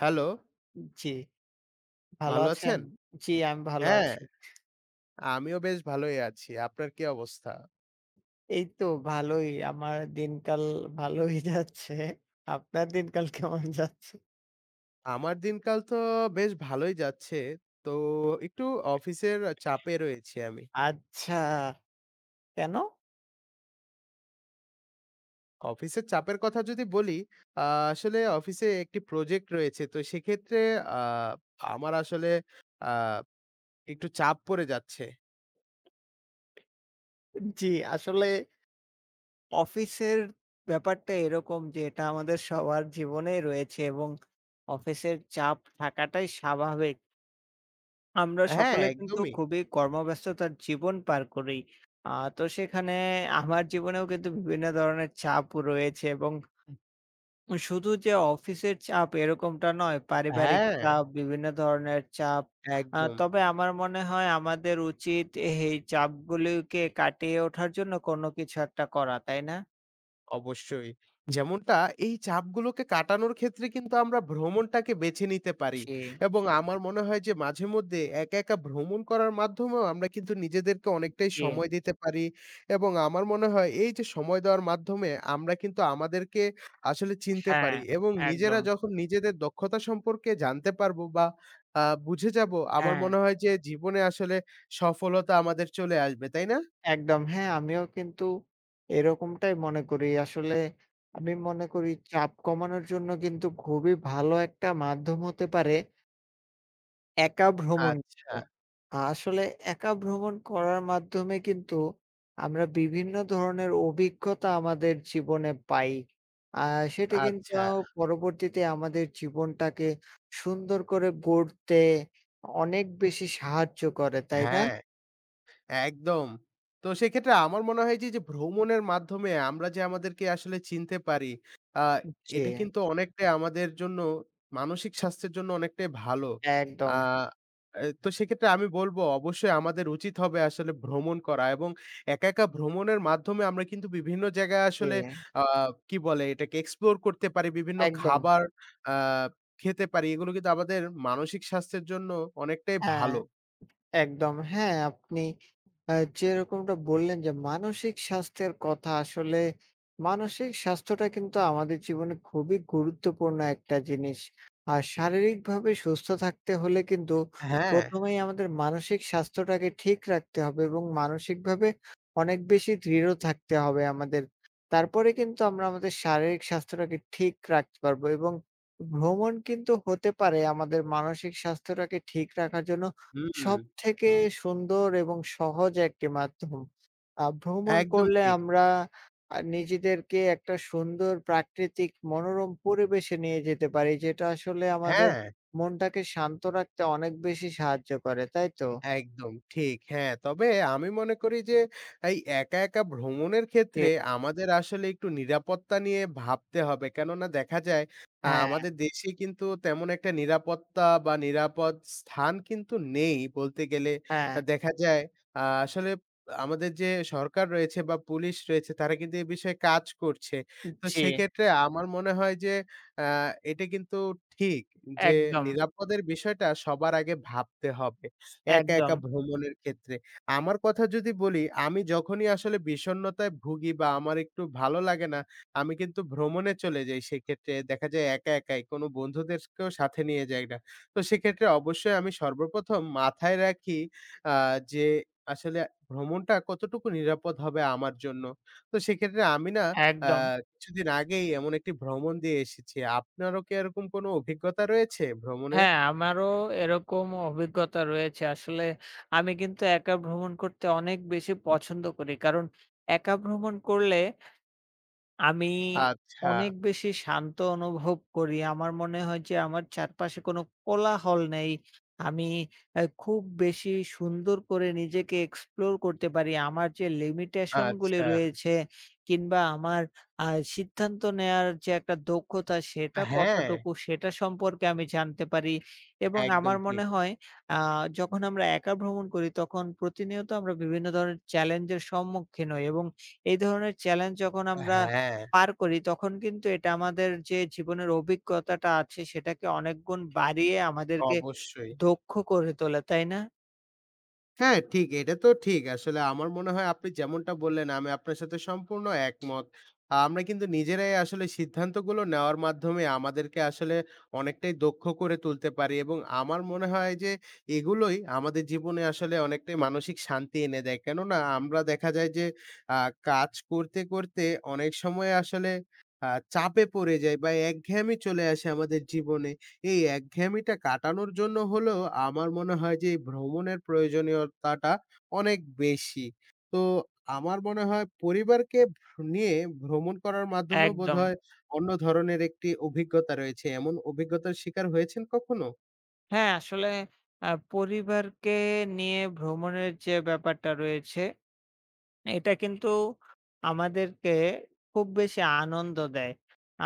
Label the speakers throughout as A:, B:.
A: Hello,
B: জি, ভালো
A: ভালো
B: আছেন?
A: আছেন?
B: জি, আমি ভালো
A: হ্যাঁ,
B: আছি।
A: আমিও বেশ ভালোই আছি। আপনার কি অবস্থা?
B: এই তো ভালোই। আমার দিনকাল ভালোই যাচ্ছে। আপনার দিনকাল কেমন যাচ্ছে?
A: আমার দিনকাল তো বেশ ভালোই যাচ্ছে। তো একটু অফিসের চাপে রয়েছি আমি।
B: আচ্ছা, কেন?
A: অফিসের চাপের কথা যদি বলি, আ আসলে অফিসে একটি প্রজেক্ট রয়েছে। তো সেক্ষেত্রে আ আমার আসলে আ একটু চাপ পড়ে যাচ্ছে।
B: জি, আসলে অফিসের ব্যাপারটা এরকম যে এটা আমাদের সবার জীবনেই রয়েছে এবং অফিসের চাপ থাকাটাই স্বাভাবিক। আমরা
A: হ্যাঁ,
B: সকলে কিন্তু
A: একদমই।
B: খুবই কর্মব্যস্ততার জীবন পার করি। আ তো সেখানে আমার জীবনেও কিন্তু বিভিন্ন ধরনের চাপ রয়েছে এবং শুধু যে অফিসের চাপ এরকমটা নয়, পারিবারিক
A: হ্যাঁ,
B: চাপ, বিভিন্ন ধরনের চাপ।
A: একদম।
B: তবে আমার মনে হয় আমাদের উচিত এই চাপগুলিকে কাটিয়ে ওঠার জন্য কোন কিছু একটা করা, তাই না?
A: অবশ্যই। যেমনটা এই চাপগুলোকে কাটানোর ক্ষেত্রে কিন্তু আমরা ভ্রমণটাকে বেছে নিতে পারি
B: জি,
A: এবং আমার মনে হয় যে মাঝেমধ্যে একা, একা ভ্রমণ করার মাধ্যমেও আমরা কিন্তু নিজেদেরকে অনেকটাই
B: জি।
A: সময় দিতে পারি এবং আমার মনে হয় এই যে সময় দেওয়ার মাধ্যমে আমরা কিন্তু আমাদেরকে আসলে চিনতে
B: হ্যাঁ,
A: পারি এবং নিজেরা
B: একদম।
A: যখন নিজেদের দক্ষতা সম্পর্কে জানতে পারবো বা বুঝে যাবো, আমার
B: হ্যাঁ,
A: মনে হয় যে জীবনে আসলে সফলতা আমাদের চলে আসবে, তাই না?
B: একদম। হ্যাঁ, আমিও কিন্তু এরকমটাই মনে করি। আসলে আমি মনে করি চাপ কমানোর জন্য কিন্তু খুবই ভালো একটা মাধ্যম হতে পারে একা ভ্রমণ
A: আচ্ছা,
B: করা। আসলে একা ভ্রমণ করার মাধ্যমে কিন্তু আমরা বিভিন্ন ধরনের অভিজ্ঞতা আমাদের জীবনে পাই। আ সেটি কিন্তু
A: আচ্ছা।
B: পরবর্তীতে আমাদের জীবনটাকে সুন্দর করে গড়তে অনেক বেশি সাহায্য করে, তাই না?
A: হ্যাঁ। একদম। তো সেক্ষেত্রে আমার মনে হয় যে, যে ভ্রমণের মাধ্যমে আমরা যে আমাদেরকে আসলে চিনতে পারি, আ
B: জি,
A: এটা কিন্তু অনেকটাই আমাদের জন্য মানসিক স্বাস্থ্যের জন্য অনেকটাই ভালো। আ
B: একদম।
A: এ তো সেক্ষেত্রে আমি বলব অবশ্যই আমাদের উচিত হবে আসলে ভ্রমণ করা এবং একা, একা ভ্রমণের মাধ্যমে আমরা কিন্তু বিভিন্ন জায়গায়
B: জি,
A: আসলে আ কি বলে এটাকে explore করতে পারি, বিভিন্ন
B: একদম।
A: খাবার আ খেতে পারি। এগুলো কিন্তু আমাদের মানসিক স্বাস্থ্যের জন্য অনেকটাই
B: হ্যাঁ।
A: ভালো।
B: একদম। হ্যাঁ, আপনি আ যেরকমটা বললেন যে মানসিক স্বাস্থ্যের কথা আসলে মানসিক স্বাস্থ্যটা কিন্তু আমাদের জীবনে খুবই গুরুত্বপূর্ণ একটা জিনিস। আর শারীরিকভাবে সুস্থ থাকতে হলে কিন্তু
A: হ্যাঁ।
B: ১ম এই আমাদের মানসিক স্বাস্থ্যটাকে ঠিক রাখতে হবে এবং মানসিকভাবে অনেক বেশি দৃঢ় থাকতে হবে আমাদের। তারপরে কিন্তু আমরা আমাদের শারীরিক স্বাস্থ্যটাকে ঠিক রাখতে পারবো এবং ভ্রমণ কিন্তু হতে পারে আমাদের মানসিক স্বাস্থ্যটাকে ঠিক রাখার জন্য
A: হুম।
B: সবথেকে সুন্দর এবং সহজ একটি মাধ্যম। ভ্রমণ
A: একদম
B: করলে
A: ঠিক।
B: আমরা নিজেদেরকে একটা সুন্দর প্রাকৃতিক মনোরম পরিবেশে নিয়ে যেতে পারি, যেটা আসলে আমাদের
A: হ্যাঁ।
B: মনটাকে শান্ত রাখতে অনেক বেশি সাহায্য করে, তাই তো?
A: একদম ঠিক। হ্যাঁ, তবে আমি মনে করি যে এই একা, একা ভ্রমণের
B: জি।
A: ক্ষেত্রে আমাদের আসলে একটু নিরাপত্তা নিয়ে ভাবতে হবে। কেননা দেখা যায়
B: হ্যাঁ,
A: আমাদের দেশে কিন্তু তেমন একটা নিরাপত্তা বা নিরাপদ স্থান কিন্তু নেই বলতে গেলে।
B: হ্যাঁ।
A: দেখা যায় আসলে আমাদের যে সরকার রয়েছে বা পুলিশ রয়েছে তারা কিন্তু এ বিষয়ে কাজ করছে। তো
B: জি,
A: সেক্ষেত্রে আমার মনে হয় যে আ এটা কিন্তু ঠিক যে
B: একদম,
A: নিরাপদের বিষয়টা সবার আগে ভাবতে হবে। একা,
B: একদম,
A: একা ভ্রমণের ক্ষেত্রে। আমার কথা যদি বলি, আমি যখনই আসলে বিষণ্ণতায় ভুগি বা আমার একটু ভালো লাগে না, আমি কিন্তু ভ্রমণে চলে যাই। সেক্ষেত্রে দেখা যায় একা, একাই কোনো বন্ধুদেরকেও সাথে নিয়ে যাই না। তো সেক্ষেত্রে অবশ্যই আমি সর্বপ্রথম মাথায় রাখি আ যে আসলে ভ্রমণটা কতটুকু নিরাপদ হবে আমার জন্য। তো সেক্ষেত্রে আমি না আ
B: একদম।
A: কিছুদিন আগেই এমন একটি ভ্রমণ দিয়ে এসেছি। আপনারও কি এরকম কোনো অভিজ্ঞতা রয়েছে ভ্রমণের?
B: হ্যাঁ, আমারও এরকম অভিজ্ঞতা রয়েছে। আসলে আমি কিন্তু একা ভ্রমণ করতে অনেক বেশি পছন্দ করি। কারণ একা ভ্রমণ করলে আমি
A: আচ্ছা,
B: অনেক বেশি শান্ত অনুভব করি। আমার মনে হয় যে আমার চারপাশে কোনো কোলাহল নেই। আমি খুব বেশি সুন্দর করে নিজেকে এক্সপ্লোর করতে পারি। আমার যে লিমিটেশন গুলি
A: আচ্ছা।
B: রয়েছে কিংবা আমার আ সিদ্ধান্ত নেয়ার যে একটা দক্ষতা সেটা
A: হ্যাঁ,
B: কতটুকু সেটা সম্পর্কে আমি জানতে পারি এবং
A: একদম
B: আমার
A: ঠিক।
B: মনে হয় আ যখন আমরা একা ভ্রমণ করি তখন প্রতিনিয়ত আমরা বিভিন্ন ধরনের চ্যালেঞ্জের সম্মুখীন হই এবং এই ধরনের চ্যালেঞ্জ যখন আমরা
A: হ্যাঁ,
B: পার করি তখন কিন্তু এটা আমাদের যে জীবনের অভিজ্ঞতাটা আছে সেটাকে অনেক গুণ বাড়িয়ে আমাদেরকে
A: অবশ্যই।
B: দক্ষ করে তোলে, তাই না?
A: হ্যাঁ, ঠিক। এটা তো ঠিক। আসলে আমার মনে হয় আপনি যেমনটা বললেন, আমি আপনার সাথে সম্পূর্ণ একমত। আহ, আমরা কিন্তু নিজেরাই আসলে সিদ্ধান্তগুলো নেওয়ার মাধ্যমে আমাদেরকে আসলে অনেকটাই দক্ষ করে তুলতে পারি এবং আমার মনে হয় যে এগুলোই আমাদের জীবনে আসলে অনেকটাই মানসিক শান্তি এনে দেয়। কেননা আমরা দেখা যায় যে আ কাজ করতে, করতে অনেক সময় আসলে চাপে পড়ে যাই বা একঘেয়েমি চলে আসে আমাদের জীবনে। এই একঘেয়েমিটা কাটানোর জন্য হলেও আমার মনে হয় যে এই ভ্রমণের প্রয়োজনীয়তাটা অনেক বেশি। তো আমার মনে হয় পরিবারকে নিয়ে ভ্রমণ করার মাধ্যমেও
B: একদম।
A: বোধহয় অন্য ধরনের একটি অভিজ্ঞতা রয়েছে। এমন অভিজ্ঞতার শিকার হয়েছেন কখনো?
B: হ্যাঁ, আসলে আ পরিবারকে নিয়ে ভ্রমণের যে ব্যাপারটা রয়েছে এটা কিন্তু আমাদেরকে খুব বেশি আনন্দ দেয়।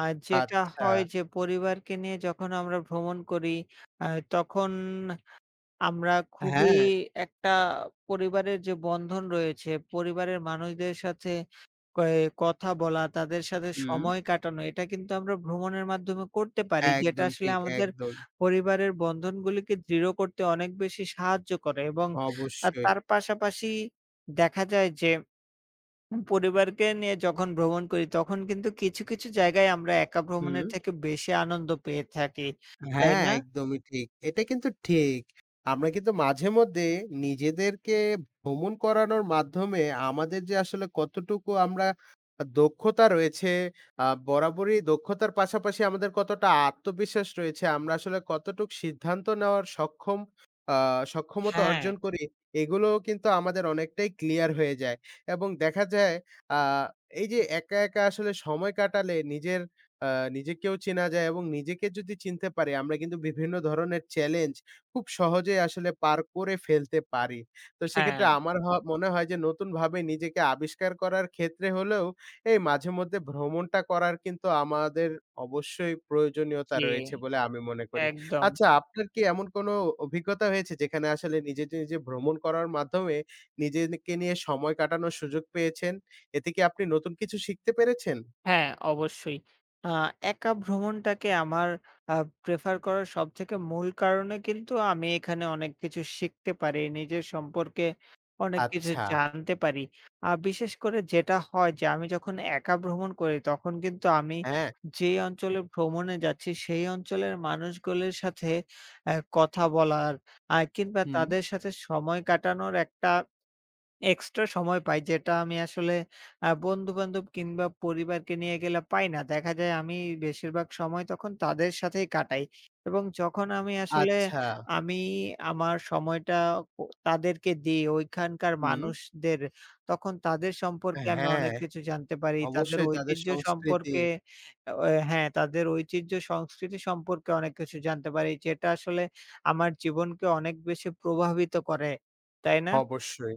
B: আর যেটা
A: আচ্ছা।
B: হয় যে পরিবারকে নিয়ে যখন আমরা ভ্রমণ করি আ তখন আমরা খুবই
A: হ্যাঁ,
B: একটা পরিবারের যে বন্ধন রয়েছে, পরিবারের মানুষদের সাথে কয়ে কথা বলা, তাদের সাথে
A: হুম।
B: সময় কাটানো, এটা কিন্তু আমরা ভ্রমণের মাধ্যমে করতে পারি। যেটা
A: একদম
B: আসলে
A: ঠিক,
B: আমাদের
A: একদম।
B: পরিবারের বন্ধনগুলিকে দৃঢ় করতে অনেক বেশি সাহায্য করে এবং
A: অবশ্যই।
B: তার পাশাপাশি দেখা যায় যে পরিবারকে নিয়ে যখন ভ্রমণ করি, তখন কিন্তু কিছু, কিছু জায়গায় আমরা একা
A: হুম।
B: ভ্রমণের থেকে বেশি আনন্দ পেয়ে থাকি। তাই
A: হ্যাঁ,
B: না?
A: একদমই ঠিক। এটা কিন্তু ঠিক। আমরা কিন্তু মাঝে মধ্যে নিজেদেরকে ভ্রমণ করানোর মাধ্যমে আমাদের যে আসলে কতটুকু আমরা দক্ষতা রয়েছে, বরাবরই দক্ষতার পাশাপাশি আমাদের কতটা আত্মবিশ্বাস রয়েছে, আমরা আসলে কতটুক সিদ্ধান্ত নেওয়ার সক্ষম আ সক্ষমতা
B: হ্যাঁ,
A: অর্জন করি, এগুলোও কিন্তু আমাদের অনেকটাই ক্লিয়ার হয়ে যায়। এবং দেখা যায় আ এই যে একা, একা আসলে সময় কাটালে নিজের আ নিজেকেও চেনা যায় এবং নিজেকে যদি চিনতে পারি, আমরা কিন্তু বিভিন্ন ধরনের চ্যালেঞ্জ খুব সহজেই আসলে পার করে ফেলতে পারি। তো সেক্ষেত্রে
B: হ্যাঁ,
A: আমার মনে হয় যে নতুনভাবে নিজেকে আবিষ্কার করার ক্ষেত্রে হলেও এই মাঝেমধ্যে ভ্রমণটা করার কিন্তু আমাদের অবশ্যই প্রয়োজনীয়তা
B: জি।
A: রয়েছে বলে আমি মনে করি।
B: একদম।
A: আচ্ছা আপনার কি এমন কোনো অভিজ্ঞতা হয়েছে যেখানে আসলে নিজে, নিজে ভ্রমণ করার মাধ্যমে নিজেকে নিয়ে সময় কাটানোর সুযোগ পেয়েছেন? এতে কি আপনি নতুন কিছু শিখতে পেরেছেন?
B: হ্যাঁ, অবশ্যই। আ একা ভ্রমণটাকে আমার আ প্রেফার করার সবথেকে মূল কারণে কিন্তু আমি এখানে অনেক কিছু শিখতে পারি। নিজের সম্পর্কে অনেক কিছু
A: আচ্ছা,
B: জানতে পারি। বিশেষ করে যেটা হয় যে আমি যখন একা ভ্রমণ করি তখন কিন্তু আমি
A: হ্যাঁ।
B: যেই অঞ্চলে ভ্রমণে যাচ্ছি সেই অঞ্চলের মানুষগুলির সাথে কথা বলার কিংবা
A: হুম,
B: তাদের সাথে সময় কাটানোর একটা এক্সট্রা সময় পাই যেটা আমি আসলে বন্ধু-বান্ধব কিংবা পরিবারকে নিয়ে গেলে পাই না। দেখা যায় আমি বেশিরভাগ সময় তখন তাদের সাথেই কাটাই এবং যখন আমি আসলে
A: আচ্ছা,
B: আমি আমার সময়টা ও তাদেরকে দিই ওইখানকার
A: হুম।
B: মানুষদের, তখন তাদের সম্পর্কে আমি
A: হ্যাঁ।
B: অনেক কিছু জানতে পারি। তাদের
A: অবশ্যই তাদের
B: ঐতিহ্য
A: সংস্কৃতি।
B: সম্পর্কে হ্যাঁ, তাদের ঐতিহ্য সংস্কৃতি সম্পর্কে অনেক কিছু জানতে পারি যেটা আসলে আমার জীবনকে অনেক বেশি প্রভাবিত করে। তাই না?
A: অবশ্যই।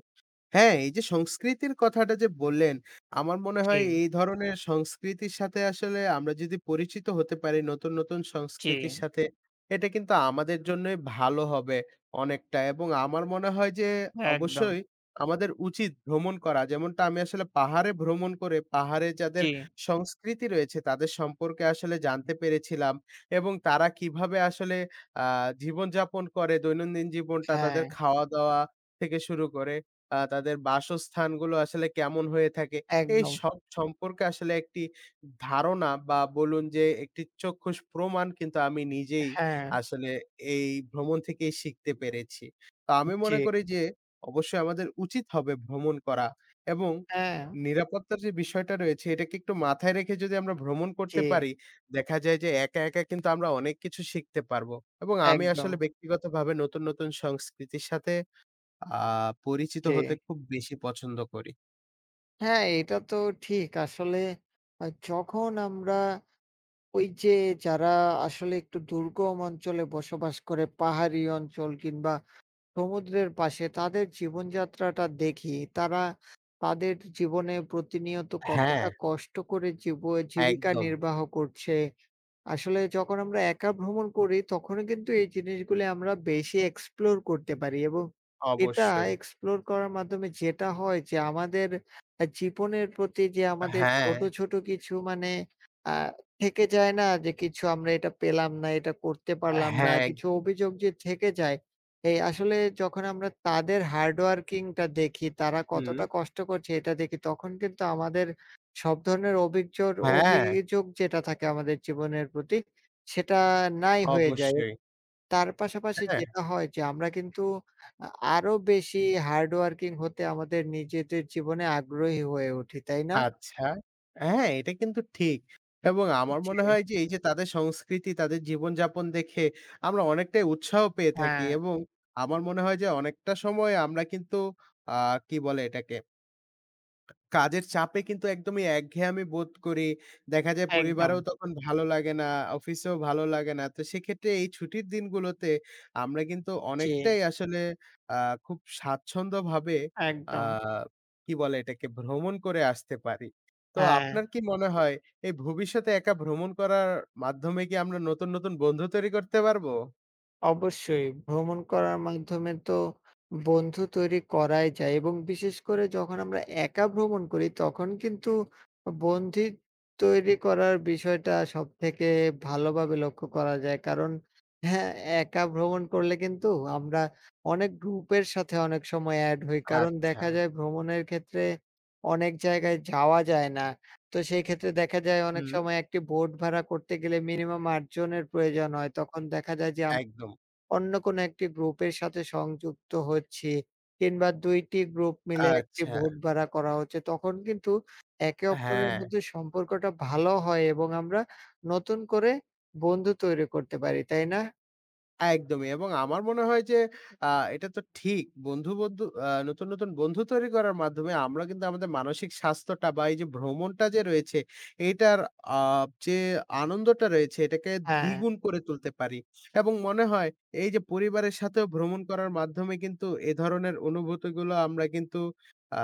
A: হ্যাঁ, এই যে সংস্কৃতির কথাটা যে বললেন, আমার মনে
B: জি।
A: হয় এই ধরনের সংস্কৃতির সাথে আসলে আমরা যদি পরিচিত হতে পারি নতুন, নতুন
B: জি,
A: সংস্কৃতির সাথে, এটা কিন্তু আমাদের জন্যই ভালো হবে অনেকটা এবং আমার মনে হয় যে
B: একদম।
A: অবশ্যই আমাদের উচিত ভ্রমণ করা। যেমনটা আমি আসলে পাহাড়ে ভ্রমণ করে পাহাড়ে যাদের
B: জি।
A: সংস্কৃতি রয়েছে তাদের সম্পর্কে আসলে জানতে পেরেছিলাম এবং তারা কিভাবে আসলে আ জীবনযাপন করে দৈনন্দিন জীবনটা
B: হ্যাঁ,
A: তাদের খাওয়া-দাওয়া থেকে শুরু করে। তাদের বাসস্থানগুলো আসলে কেমন হয়ে থাকে। এই
B: একদম।
A: সব সম্পর্কে আসলে একটি ধারণা বা বলুন যে একটি চক্ষুষ প্রমাণ কিন্তু আমি নিজেই
B: হ্যাঁ,
A: আসলে এই ভ্রমণ থেকেই শিখতে পেরেছি। তো আমি
B: জি,
A: মনে করি যে অবশ্যই আমাদের উচিত হবে ভ্রমণ করা এবং
B: হ্যাঁ,
A: নিরাপত্তার যে বিষয়টা রয়েছে এটাকে একটু মাথায় রেখে যদি আমরা ভ্রমণ
B: জি,
A: করতে পারি, দেখা যায় যে একা, একা কিন্তু আমরা অনেক কিছু শিখতে পারবো এবং আমি
B: একদম,
A: আসলে ব্যক্তিগতভাবে নতুন, নতুন সংস্কৃতির সাথে আ পরিচিত
B: জি।
A: হতে খুব বেশি পছন্দ করি।
B: হ্যাঁ, এটা তো ঠিক। আসলে যখন আমরা ওই যে যারা আসলে একটু দুর্গম অঞ্চলে বসবাস করে, পাহাড়ি অঞ্চল কিংবা সমুদ্রের পাশে তাদের জীবনযাত্রাটা দেখি, তারা তাদের জীবনে প্রতিনিয়ত
A: হ্যাঁ।
B: কতটা কষ্ট করে জীবিকা
A: একদম,
B: নির্বাহ করছে। আসলে যখন আমরা একা ভ্রমণ করি, তখনও কিন্তু এই জিনিসগুলি আমরা বেশি এক্সপ্লোর করতে পারি এবং এটা
A: অবশ্যই।
B: এক্সপ্লোর করার মাধ্যমে যেটা হয় যে আমাদের জীবনের প্রতি যে আমাদের
A: হ্যাঁ,
B: ছোট, ছোট কিছু মানে আ থেকে যায় না? যে কিছু আমরা এটা পেলাম না, এটা করতে পারলাম না,
A: হ্যাঁ।
B: কিছু অভিযোগ যে থেকে যায়, এই আসলে যখন আমরা তাদের হার্ড ওয়ার্কিংটা দেখি, তারা
A: হুম।
B: কতটা কষ্ট করছে এটা দেখি, তখন কিন্তু আমাদের সব ধরনের অবিকজোর
A: হ্যাঁ,
B: অভিযোগ যেটা থাকে আমাদের জীবনের প্রতি, সেটা নাই হয়ে যায়।
A: অবশ্যই।
B: তার পাশাপাশি
A: হ্যাঁ,
B: যেটা হয় যে আমরা কিন্তু আ আরো বেশি হার্ড ওয়ার্কিং হতে আমাদের নিজেদের জীবনে আগ্রহী হয়ে উঠি, তাই না?
A: আচ্ছা। হ্যাঁ, এটা কিন্তু ঠিক। এবং আমার মনে
B: জি,
A: হয় যে এই যে তাদের সংস্কৃতি, তাদের জীবনযাপন দেখে আমরা অনেকটাই উৎসাহ পেয়ে থাকি
B: হ্যাঁ,
A: এবং আমার মনে হয় যে অনেকটা সময় আমরা কিন্তু আ কি বলে এটাকে কাজের চাপে কিন্তু একদমই একঘেয়েমি বোধ করি। দেখা যায়
B: একদম।
A: পরিবারেও তখন ভালো লাগে না, অফিসেও ভালো লাগে না। তো সেক্ষেত্রে এই ছুটির দিনগুলোতে আমরা কিন্তু
B: জি,
A: অনেকটাই আসলে আ খুব স্বাচ্ছন্দ্যভাবে আ
B: একদম।
A: কি বলে এটাকে? ভ্রমণ করে আসতে পারি। তো
B: হ্যাঁ।
A: আপনার কি মনে হয় এই ভবিষ্যতে একা ভ্রমণ করার মাধ্যমে কি আমরা নতুন, নতুন বন্ধু তৈরি করতে পারবো?
B: অবশ্যই ভ্রমণ করার মাধ্যমে তো বন্ধু তৈরি করাই যায় এবং বিশেষ করে যখন আমরা একা ভ্রমণ করি তখন কিন্তু বন্ধু তৈরি করার বিষয়টা সবথেকে ভালোভাবে লক্ষ্য করা যায়। কারণ হ্যাঁ, একা ভ্রমণ করলে কিন্তু আমরা অনেক গ্রুপের সাথে অনেক সময় এড হই। কারণ
A: আচ্ছা।
B: দেখা যায় ভ্রমণের ক্ষেত্রে অনেক জায়গায় যাওয়া যায় না। তো সেই ক্ষেত্রে দেখা যায় অনেক
A: হুম,
B: সময় একটি বোট ভাড়া করতে গেলে মিনিমাম ৮ জনের প্রয়োজন হয়। তখন দেখা যায় যে
A: একদম।
B: অন্য কোনো একটি গ্রুপের সাথে সংযুক্ত হচ্ছি কিংবা ২ টি গ্রুপ মিলে একটি
A: আচ্ছা,
B: ভোট ভাড়া করা হচ্ছে, তখন কিন্তু একে অপরের
A: হ্যাঁ।
B: মধ্যে সম্পর্কটা ভালো হয় এবং আমরা নতুন করে বন্ধু তৈরি করতে পারি, তাই না?
A: একদমই এবং আমার মনে হয় যে আ এটা তো ঠিক। বন্ধু, বন্ধু আ নতুন, নতুন বন্ধু তৈরি করার মাধ্যমে আমরা কিন্তু আমাদের মানসিক স্বাস্থ্যটা বা এই যে ভ্রমণটা যে রয়েছে এইটার আ যে আনন্দটা রয়েছে এটাকে
B: হ্যাঁ,
A: দ্বিগুণ করে তুলতে পারি। এবং মনে হয় এই যে পরিবারের সাথেও ভ্রমণ করার মাধ্যমে কিন্তু এ ধরনের অনুভূতিগুলো আমরা কিন্তু আ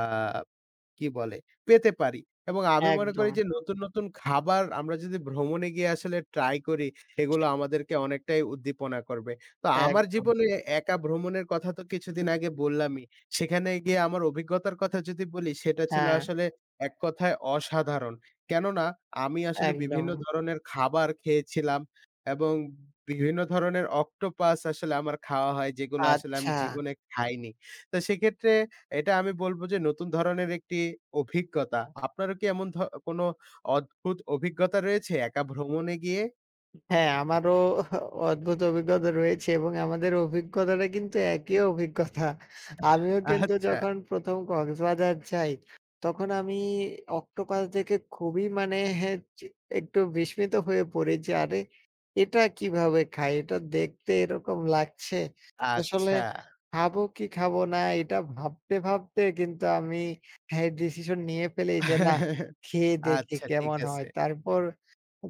A: কি বলে? পেতে পারি। এবং আমি মনে করি
B: একদম,
A: যে নতুন, নতুন খাবার আমরা যদি ভ্রমণে গিয়ে আসলে ট্রাই করি, এগুলো আমাদেরকে অনেকটাই উদ্দীপনা করবে। তো আমার
B: একদম।
A: জীবনে একা ভ্রমণের কথা তো কিছুদিন আগে বললামই। সেখানে গিয়ে আমার অভিজ্ঞতার কথা যদি বলি, সেটা ছিল
B: হ্যাঁ,
A: আসলে এক কথায় অসাধারণ। কেননা আমি আসলে বিভিন্ন
B: একদম।
A: ধরনের খাবার খেয়েছিলাম এবং বিভিন্ন ধরনের অক্টোপাস আসলে আমার খাওয়া হয়, যেগুলো আসলে আমি
B: আচ্ছা।
A: জীবনে খাইনি। তো সেক্ষেত্রে এটা আমি বলব যে নতুন ধরনের একটি অভিজ্ঞতা। আপনারও কি এমন কোনো অদ্ভুত অভিজ্ঞতা রয়েছে একা ভ্রমণে গিয়ে?
B: হ্যাঁ, আমারও অদ্ভুত অভিজ্ঞতা রয়েছে এবং আমাদের অভিজ্ঞতাটা কিন্তু একই অভিজ্ঞতা। আমিও কিন্তু
A: আচ্ছা,
B: যখন ১ম কক্সবাজার যাই, তখন আমি অক্টোপাস দেখে খুবই মানে চি একটু বিস্মিত হয়ে পড়ি যে, "আরে! এটা কিভাবে খায়? এটা দেখতে এরকম লাগছে।" আসলে
A: আচ্ছা।
B: খাবো কি খাবো না এটা ভাবতে, ভাবতে কিন্তু আমি হ্যাঁ, ডিসিশন নিয়ে ফেলি যে, "না, খেয়ে দেখি
A: আচ্ছা ঠিক
B: কেমন হয়?"
A: আছে।
B: তারপর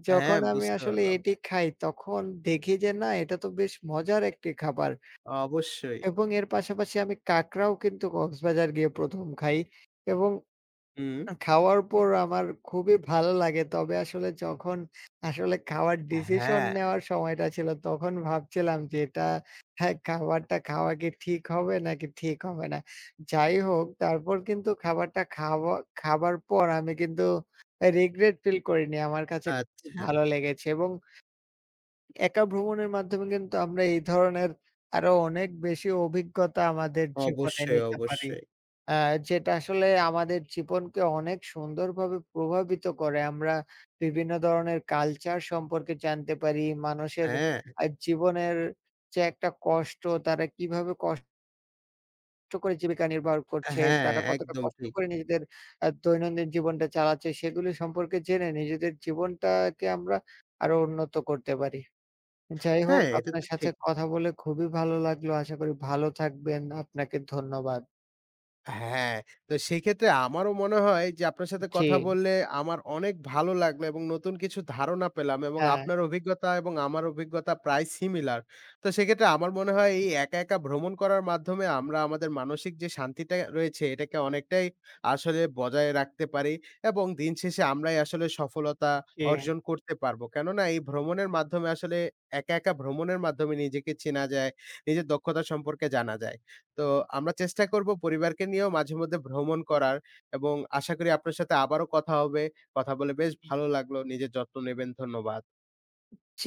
A: হ্যাঁ,
B: যখন আমি
A: বুঝতে
B: আসলে
A: পারলাম।
B: এটি খাই তখন দেখি যে না এটা তো বেশ মজার একটি খাবার
A: অবশ্যই।
B: এবং এর পাশাপাশি আমি কাঁকড়াও কিন্তু কক্সবাজার গিয়ে ১ম খাই এবং
A: হুম।
B: খাওয়ার পর আমার খুবই ভালো লাগে। তবে আসলে যখন আসলে খাওয়ার ডিসিশন
A: হ্যাঁ,
B: নেওয়ার সময়টা ছিল তখন ভাবছিলাম যে এটা হ্যাঁ, খাবারটা খাওয়া কি ঠিক হবে নাকি ঠিক হবে না? যাই হোক তারপর কিন্তু খাবারটা খাওয়া খাবার পর আমি কিন্তু রিগ্রেট ফিল করিনি। আমার কাছে খুবই
A: আচ্ছা।
B: ভালো লেগেছে এবং একা ভ্রমণের মাধ্যমে কিন্তু আমরা এই ধরনের আরো অনেক বেশি অভিজ্ঞতা আমাদের জীবনে
A: অবশ্যই,
B: নিতে পারি।
A: অবশ্যই।
B: আ যেটা আসলে আমাদের জীবনকে অনেক সুন্দরভাবে প্রভাবিত করে। আমরা বিভিন্ন ধরনের কালচার সম্পর্কে জানতে পারি। মানুষের
A: হ্যাঁ,
B: জীবনের যে একটা কষ্ট, তারা কিভাবে কষ্ট করে জীবিকা নির্বাহ করছে,
A: হ্যাঁ,
B: তারা কতটা
A: একদম
B: কষ্ট
A: ঠিক।
B: করে নিজেদের দৈনন্দিন জীবনটা চালাচ্ছে, সেগুলি সম্পর্কে জেনে নিজেদের জীবনটাকে আমরা আরো উন্নত করতে পারি। যাই হোক,
A: হ্যাঁ, এটা
B: আপনার
A: তো
B: সাথে
A: ঠিক।
B: কথা বলে খুবই ভালো লাগলো। আশা করি ভালো থাকবেন। আপনাকে ধন্যবাদ।
A: হ্যাঁ, তো সেক্ষেত্রে আমারও মনে হয় যে আপনার সাথে
B: জি,
A: কথা বললে আমার অনেক ভালো লাগলো এবং নতুন কিছু ধারণা পেলাম এবং
B: হ্যাঁ,
A: আপনার অভিজ্ঞতা এবং আমার অভিজ্ঞতা প্রায় সিমিলার। তো সেক্ষেত্রে আমার মনে হয় এই একা, একা ভ্রমণ করার মাধ্যমে আমরা আমাদের মানসিক যে শান্তিটা রয়েছে এটাকে অনেকটাই আসলে বজায় রাখতে পারি এবং দিন শেষে আমরাই আসলে সফলতা অর্জন
B: জি।
A: করতে পারবো। কেননা এই ভ্রমণের মাধ্যমে আসলে একা, একা ভ্রমণের মাধ্যমে নিজেকে চেনা যায়, নিজের দক্ষতা সম্পর্কে জানা যায়। তো আমরা চেষ্টা করব পরিবারকে নিয়েও মাঝে মধ্যে ভ্রমণ করার এবং আশা করি আপনার সাথে আবারও কথা হবে। কথা বলে বেশ ভালো লাগলো। নিজের যত্ন নেবেন। ধন্যবাদ।